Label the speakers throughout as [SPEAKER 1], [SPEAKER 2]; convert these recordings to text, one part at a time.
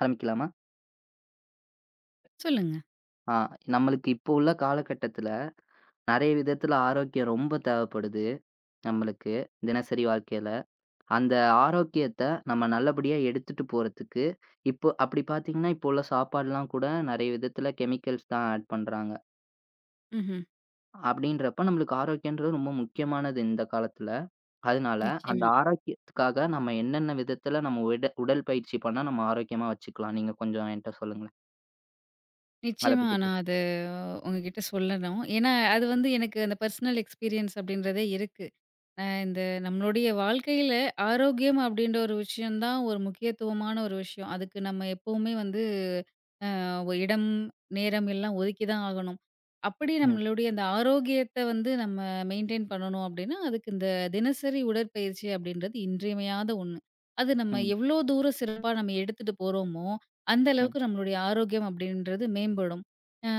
[SPEAKER 1] ஆரம்பிக்கலாமா?
[SPEAKER 2] சொல்லுங்க.
[SPEAKER 1] ஆ நம்மளுக்கு இப்போ உள்ள காலகட்டத்தில நெறைய விதத்தில ஆரோக்கியம் ரொம்ப தேவைப்படுது நம்மளுக்கு, தினசரி வாழ்க்கையில. அந்த ஆரோக்கியத்த நம்ம நல்லபடியா எடுத்துட்டு போறதுக்கு, இப்போ அப்படி பார்த்தீங்கன்னா, இப்போ உள்ள சாப்பாடுலாம் கூட நெறைய விதத்தில கெமிக்கல்ஸ் தான் ஆட் பண்றாங்க.
[SPEAKER 2] ம்ஹ்ம்.
[SPEAKER 1] அப்படின்றப்ப நம்மளுக்கு ஆரோக்கியன்றது ரொம்ப முக்கியமானது இந்த காலத்தில. அதனால அந்த
[SPEAKER 2] நிச்சயமா.
[SPEAKER 1] ஆரோக்கியத்துக்காக நம்ம என்னென்ன விதத்தில நம்ம உடல் பயிற்சி பண்ணா நம்ம ஆரோக்கியமா வச்சுக்கலாம்? நீங்க கொஞ்சம் என்ட்ட சொல்லுங்களேன். அத
[SPEAKER 2] நிச்சயமா
[SPEAKER 1] பத்தி பேசு.
[SPEAKER 2] நான் அது உங்ககிட்ட சொல்லணும். ஏன்னா, அது வந்து எனக்கு அந்த பர்சனல் எக்ஸ்பீரியன்ஸ் அப்படின்றதே இருக்கு. இந்த நம்மளுடைய வாழ்க்கையில ஆரோக்கியம் அப்படின்ற ஒரு விஷயம் தான் ஒரு முக்கியத்துவமான ஒரு விஷயம். அதுக்கு நம்ம எப்பவுமே வந்து ஒ இடம், நேரம் எல்லாம் ஒதுக்கி தான் ஆகணும். அப்படி
[SPEAKER 1] ம்,
[SPEAKER 2] நம்மளுடைய அந்த ஆரோக்கியத்த வந்து நம்ம மெயின்டெயின் பண்ணணும் அப்படின்னா, அதுக்கு இந்த தினசரி உடற்பயிற்சி அப்படின்றது இன்றியமையாத ஒண்ணு. அது நம்ம
[SPEAKER 1] ம்,
[SPEAKER 2] எவ்ளோ தூரம் சிறப்பா நம்ம எடுத்துட்டு போறோமோ, அந்த
[SPEAKER 1] ம்,
[SPEAKER 2] அளவுக்கு நம்மளுடைய ஆரோக்கியம் அப்படின்றது மேம்படும். அ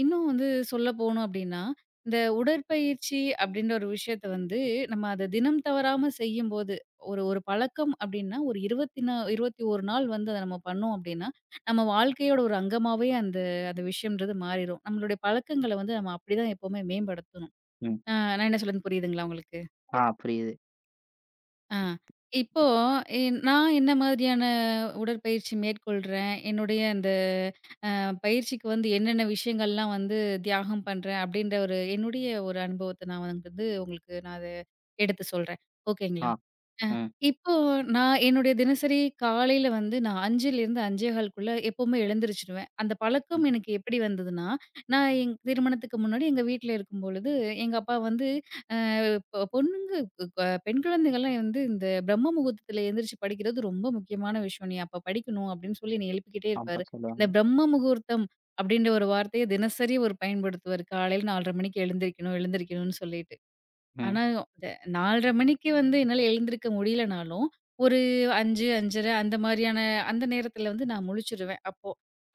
[SPEAKER 2] இன்னும் வந்து சொல்ல போணும் அப்படின்னா, இந்த உடற்பயிற்சி அப்படின்ற ஒரு விஷயத்த வந்து நம்ம அத தினம் தவறாம செய்யும்போது, ஒரு ஒரு பழக்கம் அப்படின்னா ஒரு 20 நா 21 நாள் வந்து அத நம்ம பண்ணோம் அப்படின்னா, நம்ம வாழ்க்கையோட ஒரு அங்கமாவே அந்த அந்த விஷயம்ன்றது மாறிரும். நம்மளுடைய பழக்கங்கள வந்து நம்ம அப்படிதான் எப்பவுமே மேம்படுத்தணும்.
[SPEAKER 1] ம்.
[SPEAKER 2] அ நான் என்ன சொல்றது புரியுதுங்களா உங்களுக்கு?
[SPEAKER 1] ஆ, புரியுது.
[SPEAKER 2] ஆ. இப்போ எ நான் என்ன மாதிரியான உடற்பயிற்சி மேற்கொள்றேன், என்னுடைய அந்த பயிற்சிக்கு வந்து என்னென்ன விஷயங்கள்லாம் வந்து தியாகம் பண்றேன் அப்படின்ற ஒரு என்னுடைய ஒரு அனுபவத்த நான் வந்து உங்களுக்கு நான் அத எடுத்து சொல்றேன். ஓகேங்களா?
[SPEAKER 1] ஆ, ம்.
[SPEAKER 2] இப்போ நான் என்னுடைய தினசரி காலையில வந்து நான் 5லிருந்து 5:15க்குள்ள எப்பவுமே எழுந்திரிச்சுருவேன். அந்த பழக்கம்
[SPEAKER 1] ம்.
[SPEAKER 2] எனக்கு எப்படி வந்ததுன்னா, நான் என் திருமணத்துக்கு முன்னாடி எங்க வீட்ல இருக்கும்பொழுது, எங்க அப்பா வந்து அ பொண்ணுங்க பெண் குழந்தைகள்லாம் வந்து இந்த பிரம்ம முகூர்த்தத்துல எந்திரிச்சு படிக்கிறது ரொம்ப முக்கியமான விஷயம். "நீ அப்ப படிக்கணும்." அப்படின்னு சொல்லி என்னைய எழுப்பிக்கிட்டே இருப்பாரு.
[SPEAKER 1] சாம்பார்
[SPEAKER 2] இந்த
[SPEAKER 1] சொல்லுவாங்க.
[SPEAKER 2] பிரம்ம முகூர்த்தம் அப்படின்ற ஒரு வார்த்தைய தினசரி அவர் பயன்படுத்துவாரு. காலையில 4:30 மணிக்கு எழுந்திரிக்கணும், எழுந்திரிக்கணும்னு சொல்லிட்டு.
[SPEAKER 1] ம்.
[SPEAKER 2] ஆனா, இந்த 4:30 மணிக்கு வந்து என்னால எழுந்திருக்க முடியலனாலும், ஒரு 5, 5:30 அந்த மாரியான அந்த நேரத்தில வந்து நான் முழிச்சுருவேன் அப்போ.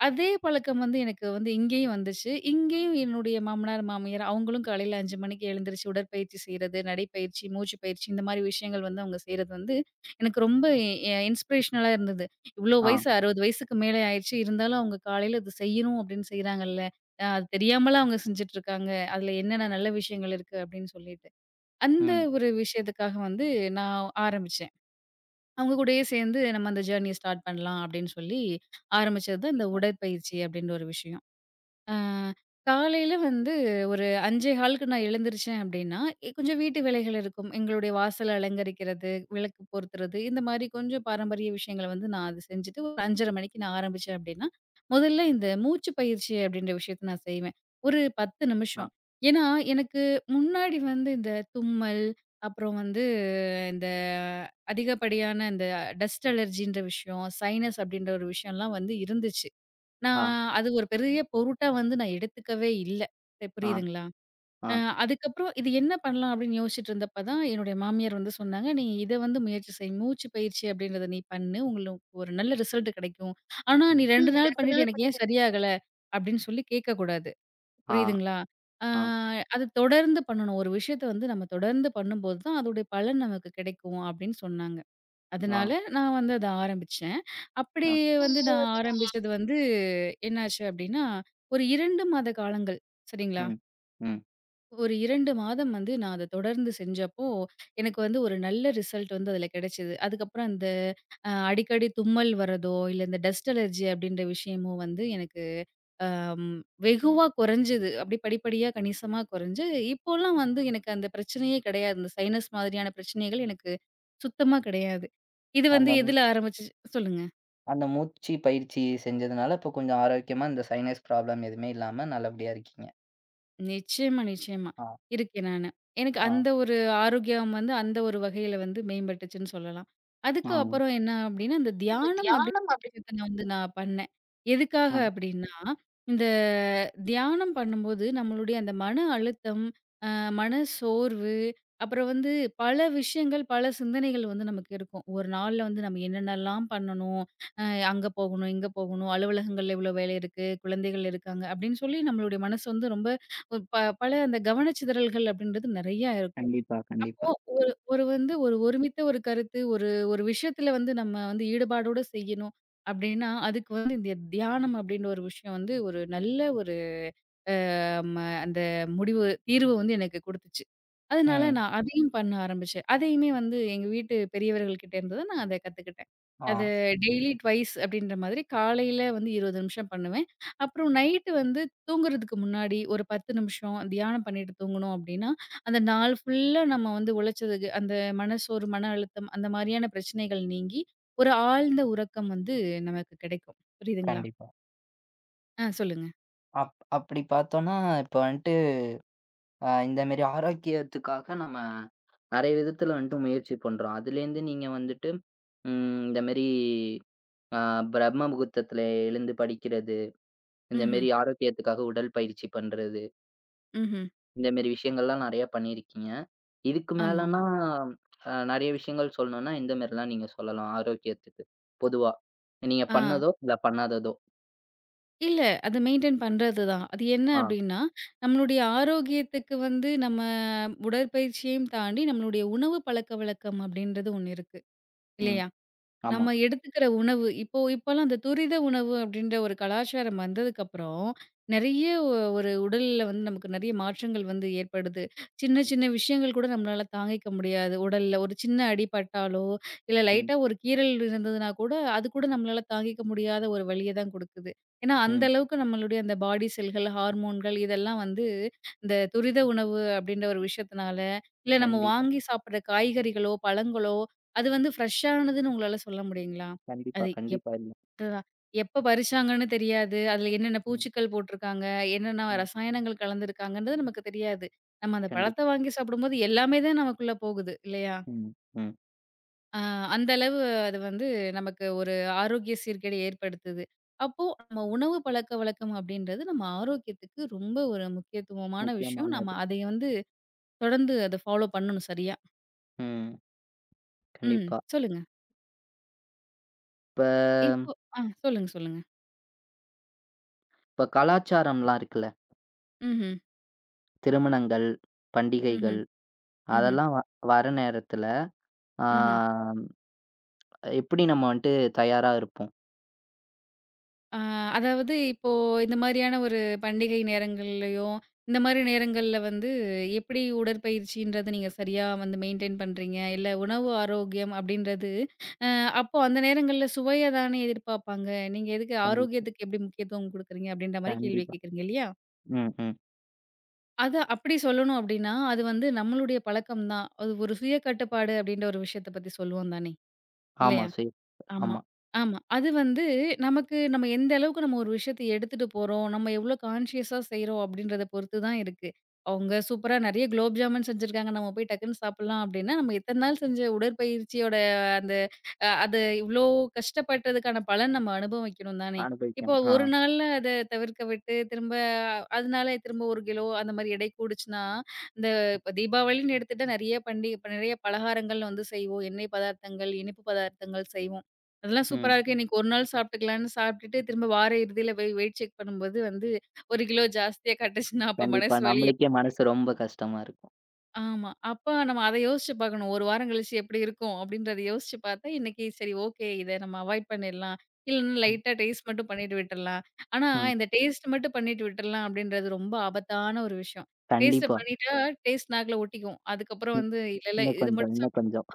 [SPEAKER 2] அதே பழக்கம் வந்து எனக்கு வந்து இங்கேயும் வந்துச்சு. இங்கேயும் என்னுடைய மாமனார், மாமியார் அவங்களும் காலையில 5 மணிக்கு எழுந்திரிச்சு உடற்பயிற்சி செய்றது, நடைப்பயிற்சி, மூச்சு பயிற்சி இந்த மாரி விஷயங்கள் வந்து அவங்க செய்றது வந்து எனக்கு ரொம்ப இன்ஸ்பிரேஷனலா இருந்தது. இவ்ளோ
[SPEAKER 1] ஆ.
[SPEAKER 2] வயசு 60 வயசுக்கு மேலே ஆயிருச்சு. இருந்தாலும் அவங்க காலையில இது செய்யணும் அப்படின்னு செய்றாங்கல்ல. அது தெரியாமலா அவங்க செஞ்சுட்டு இருக்காங்க. அதுல என்னென்ன நல்ல விஷயங்கள் இருக்கு அப்படின்னு சொல்லிட்டு. அந்த
[SPEAKER 1] ம்.
[SPEAKER 2] ஒரு விஷயத்துக்காக வந்து நான் ஆரம்பிச்சேன். அவங்க கூடயே சேர்ந்து நம்ம அந்த ஜர்னிய ஸ்டார்ட் பண்ணலாம் அப்படின்னு சொல்லி ஆரம்பிச்சது தான் இந்த உடற்பயிற்சி அப்படின்ற ஒரு விஷயம். அ காலையில வந்து ஒரு 5:15க்கு நான் எழுந்திரிச்சேன் அப்படின்னா, கொஞ்சம் வீட்டு வேலைகள் இருக்கும். எங்களுடைய வாசல அலங்கரிக்கிறது, விளக்கு பொருத்துறது, இந்த மாரி கொஞ்சம் பாரம்பரிய விஷயங்கள வந்து நான் அது செஞ்சுட்டு ஒரு 5:30 மணிக்கு நான் ஆரம்பிச்சேன் அப்படின்னா, முதல்ல இந்த மூச்சு பயிற்சி அப்படின்ற விஷயத்த நான் செய்வேன். ஒரு 10
[SPEAKER 1] ஆ.
[SPEAKER 2] நிமிஷம். ஏன்னா, எனக்கு முன்னாடி வந்து இந்த தும்மல், அப்புறம் வந்து இந்த அதிகப்படியான இந்த டஸ்ட் அலர்ஜின்ற விஷயம், சைனஸ் அப்படின்ற ஒரு விஷயம்லாம் வந்து இருந்துச்சு. நான்
[SPEAKER 1] ஆ.
[SPEAKER 2] அது ஒரு பெரிய பொருட்டா வந்து நான் எடுத்துக்கவே இல்ல.
[SPEAKER 1] ஆ.
[SPEAKER 2] புரியுதுங்களா?
[SPEAKER 1] ஆ.
[SPEAKER 2] அ அதுக்கப்புறம் இது என்ன பண்ணலாம் அப்படின்னு யோசிச்சுட்டு இருந்தப்ப தான் என்னுடைய மாமியார் வந்து சொன்னாங்க, "நீ இத வந்து முயற்சி செய். மூச்சு பயிற்சி அப்படின்றத நீ பண்ணு. உங்களுக்கு ஒரு நல்ல ரிசல்ட் கிடைக்கும். ஆனா நீ
[SPEAKER 1] ம்.
[SPEAKER 2] 2
[SPEAKER 1] ம்.
[SPEAKER 2] நாள்
[SPEAKER 1] 2
[SPEAKER 2] பண்ணிட்டு
[SPEAKER 1] நாள்
[SPEAKER 2] எனக்கு ஏன் சரியாகல?" அப்படின்னு சொல்லி கேட்கக்கூடாது.
[SPEAKER 1] ஆ.
[SPEAKER 2] புரியுதுங்களா? ஆ.
[SPEAKER 1] ஆ.
[SPEAKER 2] அது தொடர்ந்து பண்ணணும். ஒரு விஷயத்த வந்து நம்ம தொடர்ந்து பண்ணும்போது தான் அதோடைய பலன் நமக்கு கிடைக்கும் அப்படின்னு சொன்னாங்க.
[SPEAKER 1] ஆ.
[SPEAKER 2] அதனால நான் வந்து அத ஆரம்பிச்சேன். அப்படி
[SPEAKER 1] ஆ.
[SPEAKER 2] வந்து நான் ஆரம்பிச்சது வந்து என்னாச்சு அப்டின்னா, ஒரு 2 மாத காலங்கள் சரிங்களா?
[SPEAKER 1] ம். ம்.
[SPEAKER 2] ஒரு 2 மாதம் வந்து நான் அத தொடர்ந்து செஞ்சப்போ, எனக்கு வந்து ஒரு நல்ல ரிசல்ட் வந்து அதில கிடைச்சது. அதுக்கப்புறம் இந்த அடிக்கடி தும்மல் வரதோ, இல்ல இந்த டஸ்ட் அலர்ஜி அப்டின்ற விஷயமும் வந்து எனக்கு அம் வெகுவா குறைஞ்சது. அப்படி படிப்படியா கணிசமா குறைஞ்சு, இப்போலாம் வந்து எனக்கு அந்த பிரச்சனையே கிடையாது. இந்த சைனஸ் மாதிரியான பிரச்சனைகள் எனக்கு சுத்தமா கிடையாது. இது வந்து
[SPEAKER 1] அந்த மூ
[SPEAKER 2] எதில ஆரம்பிச்சுச்சு சொல்லுங்க.
[SPEAKER 1] அந்த மூச்சு பயிற்சி செஞ்சதுனால, இப்ப கொஞ்சம் ஆரோக்கியமா இந்த சைனஸ் ப்ராப்ளம் எதுவுமே இல்லாம நல்லபடியா இருக்கீங்க.
[SPEAKER 2] நிச்சயமா, நிச்சயமா.
[SPEAKER 1] ஆ.
[SPEAKER 2] இருக்கேன் நானு. எனக்கு
[SPEAKER 1] ஆ.
[SPEAKER 2] அந்த ஒரு ஆரோக்கியம் வந்து அந்த ஒரு வகையில வந்து மேம்பட்டுச்சுன்னு சொல்லலாம்.
[SPEAKER 1] ஆ.
[SPEAKER 2] அதுக்கு அப்புறம் என்ன அப்டின்னா, இந்த
[SPEAKER 1] இந்த
[SPEAKER 2] தியானம் அப்டின்ற
[SPEAKER 1] தியானம் அப்படி.
[SPEAKER 2] விஷயத்த நான் பண்ணேன். எதுக்காக
[SPEAKER 1] ஆ.
[SPEAKER 2] அப்டின்னா, இந்த தியானம் பண்ணும்போது நம்மளுடைய அந்த மன அழுத்தம், அ மன சோர்வு, அப்புறம் வந்து பல விஷயங்கள், பல சிந்தனைகள் வந்து நமக்கு இருக்கும். ஒரு நாள்ல வந்து நம்ம என்னென்னலாம் பண்ணணும், அ அங்க போகணும், இங்க போகணும், அலுவலகங்கள்ல இவ்ளோ வேலை இருக்கு, குழந்தைகள் இருக்காங்க அப்டின்னு சொல்லி நம்மளுடைய மனசு வந்து ரொம்ப ஒரு ப பல அந்த கவனச்சிதறல்கள் அப்படின்றது நெறையா இருக்கும்.
[SPEAKER 1] கண்டிப்பா,
[SPEAKER 2] அப்போ
[SPEAKER 1] கண்டிப்பா.
[SPEAKER 2] ஒரு ஒருமித்த ஒரு கருத்து, ஒரு ஒரு விஷயத்துல வந்து நம்ம வந்து ஈடுபாடோட செய்யணும் அப்படின்னா, அதுக்கு வந்து இந்த தியானம் அப்படின்ற ஒரு விஷயம் வந்து ஒரு நல்ல ஒரு அம்ம அந்த முடிவு தீர்வு வந்து எனக்கு குடுத்துச்சு. அதனால
[SPEAKER 1] ம்.
[SPEAKER 2] நான் அதையும் பண்ண ஆரம்பிச்சேன். அதையுமே வந்து எங்க வீட்டு பெரியவர்கள் கிட்ட இருந்து தான் நான் அத கத்துக்கிட்டேன்.
[SPEAKER 1] ஆ.
[SPEAKER 2] அது டெய்லி ட்வைஸ் அப்படின்ற மாதிரி காலையில வந்து 20 நிமிஷம் பண்ணுவேன். அப்புறம் நைட்டு வந்து தூங்குறதுக்கு முன்னாடி ஒரு 10 நிமிஷம் தியானம் பண்ணிட்டு தூங்கணும் அப்படின்னா, அந்த நாள் ஃபுல்லா நம்ம வந்து உழைச்சதுக்கு அந்த மனசோர்வு, மன அழுத்தம் அந்த மாரியான பிரச்சனைகள் நீங்கி, ஒரு ஆழ்ந்த உறக்கம் வந்து நமக்கு கிடைக்கும். புரியுதுங்களா?
[SPEAKER 1] கண்டிப்பா.
[SPEAKER 2] ஆ சொல்லுங்க.
[SPEAKER 1] அப்படி பார்த்தோம்னா, இப்ப வந்துட்டு இந்த மாரி ஆரோக்கியத்துக்காக நம்ம நெறைய விதத்துல வந்துட்டு முயற்சி பண்றோம். அதுலேருந்து நீங்க வந்துட்டு ம். இந்த மாரி அ பிரம்ம முகூர்த்தத்துல எழுந்து படிக்கிறது, இந்த
[SPEAKER 2] ம்ஹ்ம்,
[SPEAKER 1] மாரி ஆரோக்கியத்துக்காக உடல் பயிற்சி பண்றது,
[SPEAKER 2] ம்ஹ்ம்.
[SPEAKER 1] இந்த மாரி விஷயங்கள்லாம் நெறையா பண்ணியிருக்கீங்க. இதுக்கு
[SPEAKER 2] ஆமாமா.
[SPEAKER 1] மேலனா நெறைய விஷயங்கள் சொல்லணும்னா, எந்த மாரிலாம் நீங்க சொல்லலாம் ஆரோக்கியத்துக்கு? பொதுவா. நீங்க
[SPEAKER 2] ஆ.
[SPEAKER 1] பண்ணதோ, இல்ல பண்ணாததோ.
[SPEAKER 2] இல்ல. அது மெயின்டெயின் பண்றது தான். அது என்ன
[SPEAKER 1] ஆ.
[SPEAKER 2] அப்டின்னா, நம்மளுடைய ஆரோக்கியத்துக்கு வந்து நம்ம உடற்பயிற்சியையும் தாண்டி, நம்மளுடைய உணவு பழக்கவழக்கம் அப்டின்றது ஒண்ணு இருக்கு.
[SPEAKER 1] ம்.
[SPEAKER 2] இல்லையா?
[SPEAKER 1] ஆமா.
[SPEAKER 2] நம்ம எடுத்துக்கிற உணவு இப்போ இப்போலாம் அந்த துரித உணவு அப்படின்ற ஒரு கலாச்சாரம் வந்ததுக்கப்புறம், நெறைய ஒ ஒரு உடல்ல வந்து நமக்கு நெறைய மாற்றங்கள் வந்து ஏற்படுது. சின்ன சின்ன விஷயங்கள் கூட நம்மளால தாங்கிக்க முடியாது. உடல்ல ஒரு சின்ன அடி பட்டாலோ, இல்ல
[SPEAKER 1] ம்.
[SPEAKER 2] லைட்டா ஒரு கீறல் இருந்ததுனா கூட, அது கூட நம்மளால தாங்கிக்க முடியாத ஒரு வலிய தான் குடுக்குது. ஏன்னா, அந்த
[SPEAKER 1] ம்.
[SPEAKER 2] அளவுக்கு நம்மளுடைய அந்த பாடி செல்கள், ஹார்மோன்கள் இதெல்லாம் வந்து இந்த துரித உணவு அப்படின்ற ஒரு விஷயத்தினால, இல்ல நம்ம
[SPEAKER 1] கண்டிப்பா.
[SPEAKER 2] வாங்கி சாப்பிடுற காய்கறிகளோ, பழங்களோ அது வந்து ஃப்ரெஷ்ஷானதுன்னு உங்களால சொல்ல முடியுங்களா?
[SPEAKER 1] கண்டிப்பா,
[SPEAKER 2] அது எப்ப
[SPEAKER 1] கண்டிப்பா. இல்ல.
[SPEAKER 2] எப்ப பறிச்சாங்கன்னு தெரியாது. அதுல என்னென்ன
[SPEAKER 1] ம்.
[SPEAKER 2] பூச்சிக்கள் போட்டுருக்காங்க, என்னென்ன
[SPEAKER 1] ம்.
[SPEAKER 2] ரசாயனங்கள் கலந்திருக்காங்கன்றது நமக்கு தெரியாது. நம்ம அந்த பழத்த
[SPEAKER 1] கண்டிப்பா.
[SPEAKER 2] வாங்கி சாப்பிடும்போது எல்லாமே தான் நமக்குள்ள போகுது இல்லையா?
[SPEAKER 1] ம். ம்.
[SPEAKER 2] அ அந்த அளவு அது வந்து நமக்கு ஒரு ஆரோக்கிய சீர்கேட ஏற்படுத்துது. அப்போ நம்ம உணவு பழக்கவழக்கம் அப்படின்றது நம்ம ஆரோக்கியத்துக்கு ரொம்ப ஒரு முக்கியத்துவமான விஷயம்.
[SPEAKER 1] முக்கியமானது.
[SPEAKER 2] நம்ம அதை வந்து தொடர்ந்து அத ஃபாலோ பண்ணணும் சரியா.
[SPEAKER 1] ம்.
[SPEAKER 2] ம்.
[SPEAKER 1] கண்டிப்பா.
[SPEAKER 2] சொல்லுங்க.
[SPEAKER 1] இப்ப
[SPEAKER 2] இப்போ. ஆ சொல்லுங்க.
[SPEAKER 1] இப்ப கலாச்சாரம்லாம் இருக்குல்ல?
[SPEAKER 2] ம்ஹ்ம்.
[SPEAKER 1] திருமணங்கள், பண்டிகைகள்
[SPEAKER 2] ம்ஹ்ம். ம்ஹ்ம்,
[SPEAKER 1] அதெல்லாம் வர நேரத்துல, ஆ
[SPEAKER 2] ம்ஹ்ம்.
[SPEAKER 1] எப்படி நம்ம வந்துட்டு தயாரா இருப்போம்?
[SPEAKER 2] ஆ அதாவது இப்போ இந்த மாதிரியான ஒரு பண்டிகை நேரங்கள்லயும், இந்த மாரி நேரங்கள்ல வந்து எப்படி உடற்பயிற்சின்றத நீங்க சரியா வந்து மெயின்டெயின் பண்றீங்க? இல்ல உணவு ஆரோக்கியம் அப்படின்றது அ அப்போ அந்த நேரங்கள்ல சுவைய தானே எதிர்பார்ப்பாங்க. நீங்க எதுக்கு
[SPEAKER 1] கண்டிப்பா,
[SPEAKER 2] ஆரோக்கியத்துக்கு எப்படி முக்கியத்துவம் குடுக்குறீங்க? அப்படின்ற மாரி கேள்வி
[SPEAKER 1] கண்டிப்பா.
[SPEAKER 2] கேட்குறீங்க இல்லையா?
[SPEAKER 1] ம், ம்.
[SPEAKER 2] அத அப்படி சொல்லணும் அப்படின்னா, அது வந்து நம்மளுடைய பழக்கம் தான். அது ஒரு சுய கட்டுப்பாடு அப்படின்ற ஒரு விஷயத்த பத்தி சொல்லுவோம் தானே,
[SPEAKER 1] ஆமா.
[SPEAKER 2] இல்லையா? ஆமா.
[SPEAKER 1] ஆமா.
[SPEAKER 2] ஆமா. அது வந்து நமக்கு நம்ம எந்த அளவுக்கு நம்ம ஒரு விஷயத்த எடுத்துட்டு போறோம், நம்ம எவ்ளோ கான்ஷியஸா செய்றோம் அப்படின்றத பொறுத்து தான் இருக்கு. அவங்க சூப்பரா நெறைய குலோப் ஜாமுன் செஞ்சிருக்காங்க. நம்ம போய் டக்குன்னு சாப்பிடலாம் அப்படின்னா, நம்ம எத்தன நாள் செஞ்ச உடற்பயிற்சியோட அந்த அது இவ்ளோ கஷ்டப்பட்டதுக்கான பலன் நம்ம அனுபவிக்கணும் தானே. இப்போ
[SPEAKER 1] அனுபவிக்கணும். ஆ.
[SPEAKER 2] ஒரு நாள்ல அத தவிர்க்க விட்டு, திரும்ப அதனால திரும்ப 1 கிலோ அந்த மாரி எடை கூடுச்சுன்னா, இந்த இப்ப தீபாவளின்னு எடுத்துட்டா நெறைய பண்டிகை இப்ப நெறைய பலகாரங்கள் வந்து செய்வோம். எண்ணெய் பதார்த்தங்கள், இனிப்பு பதார்த்தங்கள் செய்வோம். அதெல்லாம் சூப்பரா
[SPEAKER 1] ம்.
[SPEAKER 2] இருக்கு. இன்னைக்கு ஒரு நாள் சாப்பிட்டுக்கலான்னு சாப்பிட்டுட்டு, திரும்ப வார இறுதியில போய் வெயிட் செக் பண்ணும்போது வந்து 1 கிலோ ஜாஸ்தியா கட்டுச்சுன்னா, அப்ப
[SPEAKER 1] கண்டிப்பா.
[SPEAKER 2] மனசு வலி
[SPEAKER 1] நம்மளுக்கே மனசு ரொம்ப கஷ்டமா இருக்கும்.
[SPEAKER 2] ஆமா. அப்ப நம்ம அத யோசிச்சு பார்க்கணும். 1 வாரம் கழிச்சு எப்படி இருக்கும்? அப்படின்றத யோசிச்சு பார்த்தா, இன்னைக்கு சரி ஓகே. இத நம்ம அவாய்ட் பண்ணிடலாம். இல்லன்னா
[SPEAKER 1] ம்,
[SPEAKER 2] லைட்டா டேஸ்ட் மட்டும் பண்ணிட்டு விட்டுறலாம். ஆனா,
[SPEAKER 1] ம்.
[SPEAKER 2] இந்த டேஸ்ட் மட்டும் பண்ணிட்டு விட்டுறலாம் அப்படின்றது ரொம்ப ஆபத்தான ஒரு விஷயம். டேஸ்ட்ட
[SPEAKER 1] கண்டிப்பா.
[SPEAKER 2] பண்ணிட்டா, டேஸ்ட் நாக்குல ஒட்டிக்கும். அதுக்கப்புறம்
[SPEAKER 1] ம்.
[SPEAKER 2] வந்து இல்ல, இல்ல
[SPEAKER 1] இன்னும்
[SPEAKER 2] இது
[SPEAKER 1] கொஞ்சம்,
[SPEAKER 2] மட்டும்
[SPEAKER 1] இன்னும்
[SPEAKER 2] சாப்பிட்டுக்கலாம்
[SPEAKER 1] கொஞ்சம்.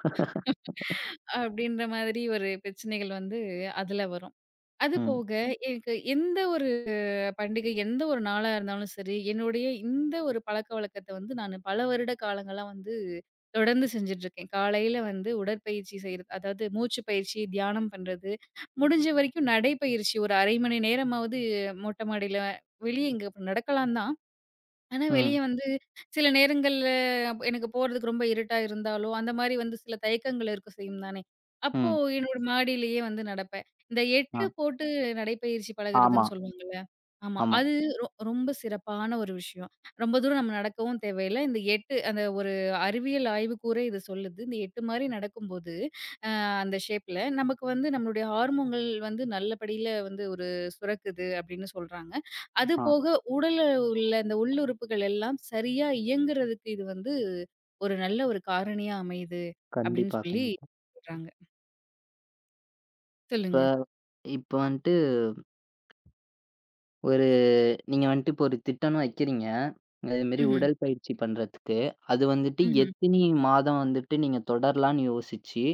[SPEAKER 2] அப்படின்ற மாதிரி ஒரு பிரச்சனைகள் வந்து அதுல வரும். அது
[SPEAKER 1] ம்,
[SPEAKER 2] போக எனக்கு எந்த ஒரு பண்டிகை, எந்த ஒரு நாளா இருந்தாலும் சரி, என்னுடைய இந்த ஒரு பழக்கவழக்கத்த வந்து நானு பல வருட காலங்களா வந்து தொடர்ந்து செஞ்சுட்ருக்கேன். காலையில வந்து உடற்பயிற்சி செய்றது, அதாவது மூச்சு பயிற்சி, தியானம் பண்றது, முடிஞ்ச வரைக்கும் நடைப்பயிற்சி ஒரு 1/2 மணி நேரமாவது மொட்ட மாடியில வெளிய எங்க நடக்கலாம் தான். ஆனா, வெளிய
[SPEAKER 1] ம்,
[SPEAKER 2] வந்து சில நேரங்கள்ல எனக்கு போறதுக்கு ரொம்ப இருட்டா இருந்தாலோ, அந்த மாரி வந்து சில தயக்கங்கள் இருக்க செய்யும் தானே! அப்போ
[SPEAKER 1] ம்.
[SPEAKER 2] என்னோட மாடியிலேயே வந்து நடப்பேன். இந்த
[SPEAKER 1] ஆ.
[SPEAKER 2] 8 போட்டு நடைப்பயிற்சி
[SPEAKER 1] ஆமா,
[SPEAKER 2] பழகுறதுன்னு சொல்லுவாங்கல்ல. ஆமா.
[SPEAKER 1] ஆமா.
[SPEAKER 2] அது ரொம்ப சிறப்பான ஒரு விஷயம். ரொம்ப தூரம் நம்ம நடக்கவும் தேவையில்ல. இந்த 8 அந்த ஒரு அறிவியல் ஆய்வு கூறே இது சொல்லுது. இந்த 8 மாரி நடக்கும்போது, அ அந்த ஷேப்ல நமக்கு வந்து நம்மளுடைய ஹார்மோன்கள் வந்து நல்லபடியில வந்து ஒரு சுரக்குது அப்டின்னு சொல்றாங்க. அது
[SPEAKER 1] ஆ.
[SPEAKER 2] போக உடல்ல உள்ள இந்த உள்ளுறுப்புகள் எல்லாம் சரியா இயங்குறதுக்கு இது வந்து ஒரு நல்ல ஒரு காரணியா அமையுது அப்படின்னு
[SPEAKER 1] கண்டிப்பா,
[SPEAKER 2] சொல்லி
[SPEAKER 1] கண்டிப்பா.
[SPEAKER 2] சொல்றாங்க.
[SPEAKER 1] இப்ப
[SPEAKER 2] சொல்லுங்க.
[SPEAKER 1] இப்ப வந்துட்டு ஒரு நீங்க வந்துட்டு இப்போ ஒரு திட்டம்னு வைக்கிறீங்க. அது மாரி
[SPEAKER 2] ம்ஹ்ம்.
[SPEAKER 1] உடல் பயிற்சி பண்றதுக்கு. அது வந்துட்டு
[SPEAKER 2] ம்ஹ்ம்.
[SPEAKER 1] எத்தினி மாதம் வந்துட்டு நீங்க தொடரலான்னு யோசிச்சு,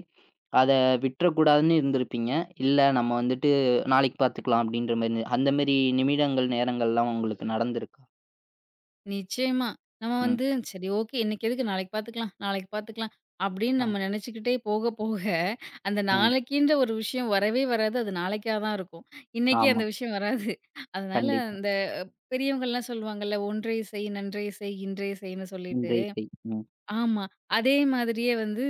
[SPEAKER 1] அத விட்டுறக்கூடாதுன்னு இருந்திருப்பீங்க. இல்ல நம்ம வந்துட்டு நாளைக்கு பார்த்துக்கலாம் அப்படின்ற மாரி அந்த மாரி நிமிடங்கள், நேரங்கள்லாம் உங்களுக்கு நடந்திருக்கா?
[SPEAKER 2] நிச்சயமா. நம்ம
[SPEAKER 1] ம்.
[SPEAKER 2] வந்து சரி ஓகே இன்னைக்கு எதுக்கு நாளைக்கு பார்த்துக்கலாம் அப்படின்னு
[SPEAKER 1] ஆ.
[SPEAKER 2] நம்ம நினைச்சுக்கிட்டே போக போக அந்த
[SPEAKER 1] ம்.
[SPEAKER 2] நாளைக்கின்ற ஒரு விஷயம் வரவே வராது. அது நாளைக்கா தான் இருக்கும். இன்னைக்கு
[SPEAKER 1] ஆமா.
[SPEAKER 2] அந்த விஷயம் வராது. அதனால
[SPEAKER 1] கண்டிப்பா.
[SPEAKER 2] அந்த பெரியவங்கலாம் சொல்லுவாங்கல்ல, "ஒன்றை செய், நன்றே செய், இன்றே செய்ன்னு" சொல்லிட்டு.
[SPEAKER 1] இன்றைய செய். ம்.
[SPEAKER 2] ஆமா. அதே மாதிரியே வந்து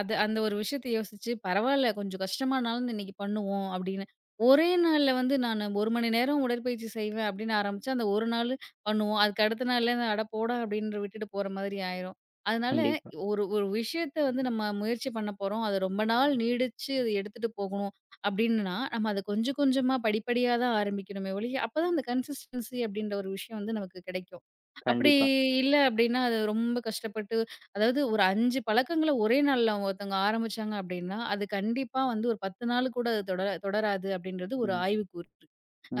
[SPEAKER 2] அது அந்த ஒரு விஷயத்த யோசிச்சு, பரவால்ல கொஞ்சம் கஷ்டமானாலும் இன்னைக்கு பண்ணுவோம் அப்படின்னு. ஒரே நாள்ல வந்து நானு 1 மணி நேரம் உடற்பயிற்சி செய்வேன் அப்படின்னு ஆரம்பிச்சா, அந்த ஒரு நாளு பண்ணுவோம். அதுக்கு அடுத்த நாள்ல இருந்து அட போடா அப்படின்னு விட்டுட்டு போற மாதிரி ஆயிரும். அதனால
[SPEAKER 1] கண்டிப்பா,
[SPEAKER 2] ஒரு ஒரு விஷயத்த வந்து நம்ம முயற்சி பண்ண போறோம். அது ரொம்ப நாள் நீடிச்சு அது எடுத்துட்டு போகணும் அப்படின்னா, நம்ம அத கொஞ்சம் கொஞ்சமா படிப்படியா தான் ஆரம்பிக்கணுமே ஒழிய, அப்பதான் அந்த கன்சிஸ்டன்சி அப்படின்ற ஒரு விஷயம் வந்து நமக்கு கிடைக்கும். அப்படி
[SPEAKER 1] கண்டிப்பா.
[SPEAKER 2] இல்ல அப்படின்னா, அது ரொம்ப கஷ்டப்பட்டு அதாவது ஒரு 5 பழக்கங்கள ஒரே நாள்ல அவங்க ஒருத்தவங்க ஆரம்பிச்சாங்க அப்படின்னா, அது கண்டிப்பா வந்து ஒரு 10 நாள் கூட அது தொடராது அப்படின்றது ஒரு
[SPEAKER 1] ம்.
[SPEAKER 2] ஆய்வு கூறுது.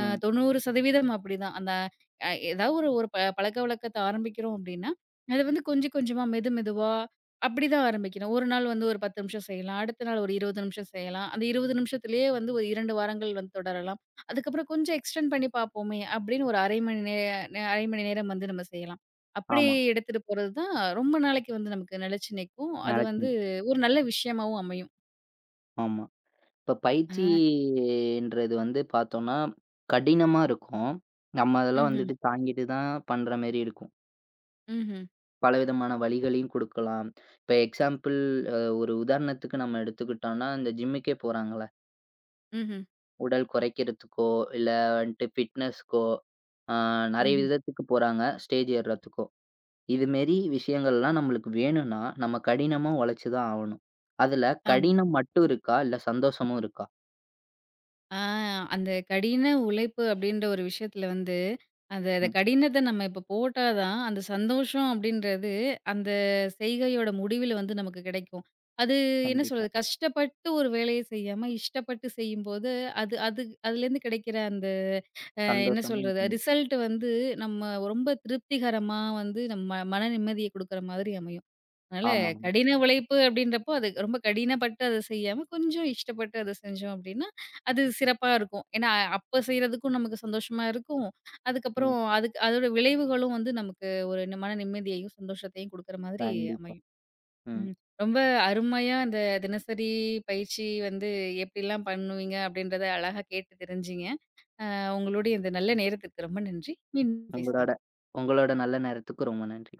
[SPEAKER 2] 90% அப்படிதான். அந்த ஏதாவது ஒரு ஒரு ப பழக்கவழக்கத்த ஆரம்பிக்கிறோம் அப்படின்னா, அது வந்து கொஞ்சம் கொஞ்சமா மெதுவா அப்படிதான் ஆரம்பிக்கணும். ஒரு நாள் வந்து ஒரு 10 நிமிஷம் செய்யலாம். அடுத்த நாள் ஒரு 20 நிமிஷம் செய்யலாம். அந்த 20 நிமிஷத்திலேயே வந்து ஒரு 2 வாரங்கள் வந்து தொடரலாம். அதுக்கப்புறம் கொஞ்சம் எக்ஸ்டெண்ட் பண்ணி பார்ப்போமே அப்படின்னு ஒரு 1/2 மணி நேரம் வந்து நம்ம செய்யலாம். அப்படி
[SPEAKER 1] ஆமா.
[SPEAKER 2] எடுத்துட்டு போறது தான் ரொம்ப நாளைக்கு வந்து நமக்கு நிலைச்சு நிக்கும். அது வந்து
[SPEAKER 1] நடக்கும்.
[SPEAKER 2] ஒரு நல்ல விஷயமாவும் அமையும்.
[SPEAKER 1] ஆமா. இப்ப
[SPEAKER 2] அ.
[SPEAKER 1] பயிற்சின்றது வந்து பார்த்தோம்னா, கடினமா இருக்கும். நம்ம அதெல்லாம்
[SPEAKER 2] ம்ஹ்ம்.
[SPEAKER 1] வந்துட்டு தாங்கிட்டு தான் பண்ற மாரி இருக்கும்.
[SPEAKER 2] ம்ஹ்ம்.
[SPEAKER 1] பலவிதமான வழிகளையும் குடுக்கலாம். இப்ப எக்ஸாம்பிள், ஒரு உதாரணத்துக்கு நம்ம எடுத்துக்கிட்டோம்னா, இந்த ஜிம்முக்கே போறாங்கல்ல.
[SPEAKER 2] ம்ஹ்ம்.
[SPEAKER 1] உடல் குறைக்கிறதுக்கோ, இல்ல வந்துட்டு ஃபிட்னஸ்க்கோ, அ நெறைய
[SPEAKER 2] ம்ஹ்ம்.
[SPEAKER 1] விதத்துக்கு போறாங்க. ஸ்டேஜ் ஏறுறதுக்கோ. இதுமாரி விஷயங்கள்லாம் நம்மளுக்கு வேணும்னா, நம்ம கடினமா உழைச்சு தான் ஆவணும். அதுல
[SPEAKER 2] ஆமா.
[SPEAKER 1] கடினம் மட்டும் இருக்கா? இல்ல சந்தோஷமும் இருக்கா?
[SPEAKER 2] ஆ அந்த கடின உழைப்பு அப்படின்ற ஒரு விஷயத்துல வந்து, அந்த அந்த
[SPEAKER 1] ம்.
[SPEAKER 2] கடினத்த நம்ம இப்ப போட்டா தான், அந்த சந்தோஷம் அப்படின்றது அந்த செய்கையோட முடிவில வந்து நமக்கு கிடைக்கும். அது என்ன
[SPEAKER 1] கண்டிப்பா.
[SPEAKER 2] சொல்றது? கஷ்டப்பட்டு ஒரு வேலைய செய்யாம, இஷ்டப்பட்டு செய்யும்போது, அது அது அதுலேருந்து கிடைக்கிற அந்த என்ன
[SPEAKER 1] சந்தோஷமும்
[SPEAKER 2] சொல்றது?
[SPEAKER 1] இருக்கணும்.
[SPEAKER 2] ரிசல்ட் வந்து நம்ம ரொம்ப திருப்திகரமா வந்து நம்ம மன நிம்மதிய குடுக்குற மாதிரி அமையும். அதனால
[SPEAKER 1] ஆமா.
[SPEAKER 2] கடின உழைப்பு அப்படின்றப்போ, அது ரொம்ப கடினப்பட்டு அத செய்யாம, கொஞ்சம் இஷ்டப்பட்டு அத செஞ்சோம் அப்படின்னா, அது சிறப்பா இருக்கும். ஏன்னா, அப்ப செய்றதுக்கும் நமக்கு சந்தோஷமா இருக்கும்.
[SPEAKER 1] ம்.
[SPEAKER 2] அதுக்கப்புறம் அதுக்கு அதோட விளைவுகளும் வந்து நமக்கு ஒரு மன நிம்மதியையும், சந்தோஷத்தையும் குடுக்குற மாதிரி
[SPEAKER 1] கண்டிப்பா.
[SPEAKER 2] அமையும்.
[SPEAKER 1] ம்.
[SPEAKER 2] ம். ரொம்ப அருமையா இந்த தினசரி பயிற்சி வந்து எப்படிலாம் பண்ணுவீங்க அப்படின்றத அழகா கேட்டு தெரிஞ்சிங்க. உங்களுடைய இந்த நல்ல நேரத்திற்கு ரொம்ப நன்றி. மீண்டும்
[SPEAKER 1] உங்களோட
[SPEAKER 2] பேசலாம்.
[SPEAKER 1] உங்களோட நல்ல நேரத்துக்கு ரொம்ப நன்றி.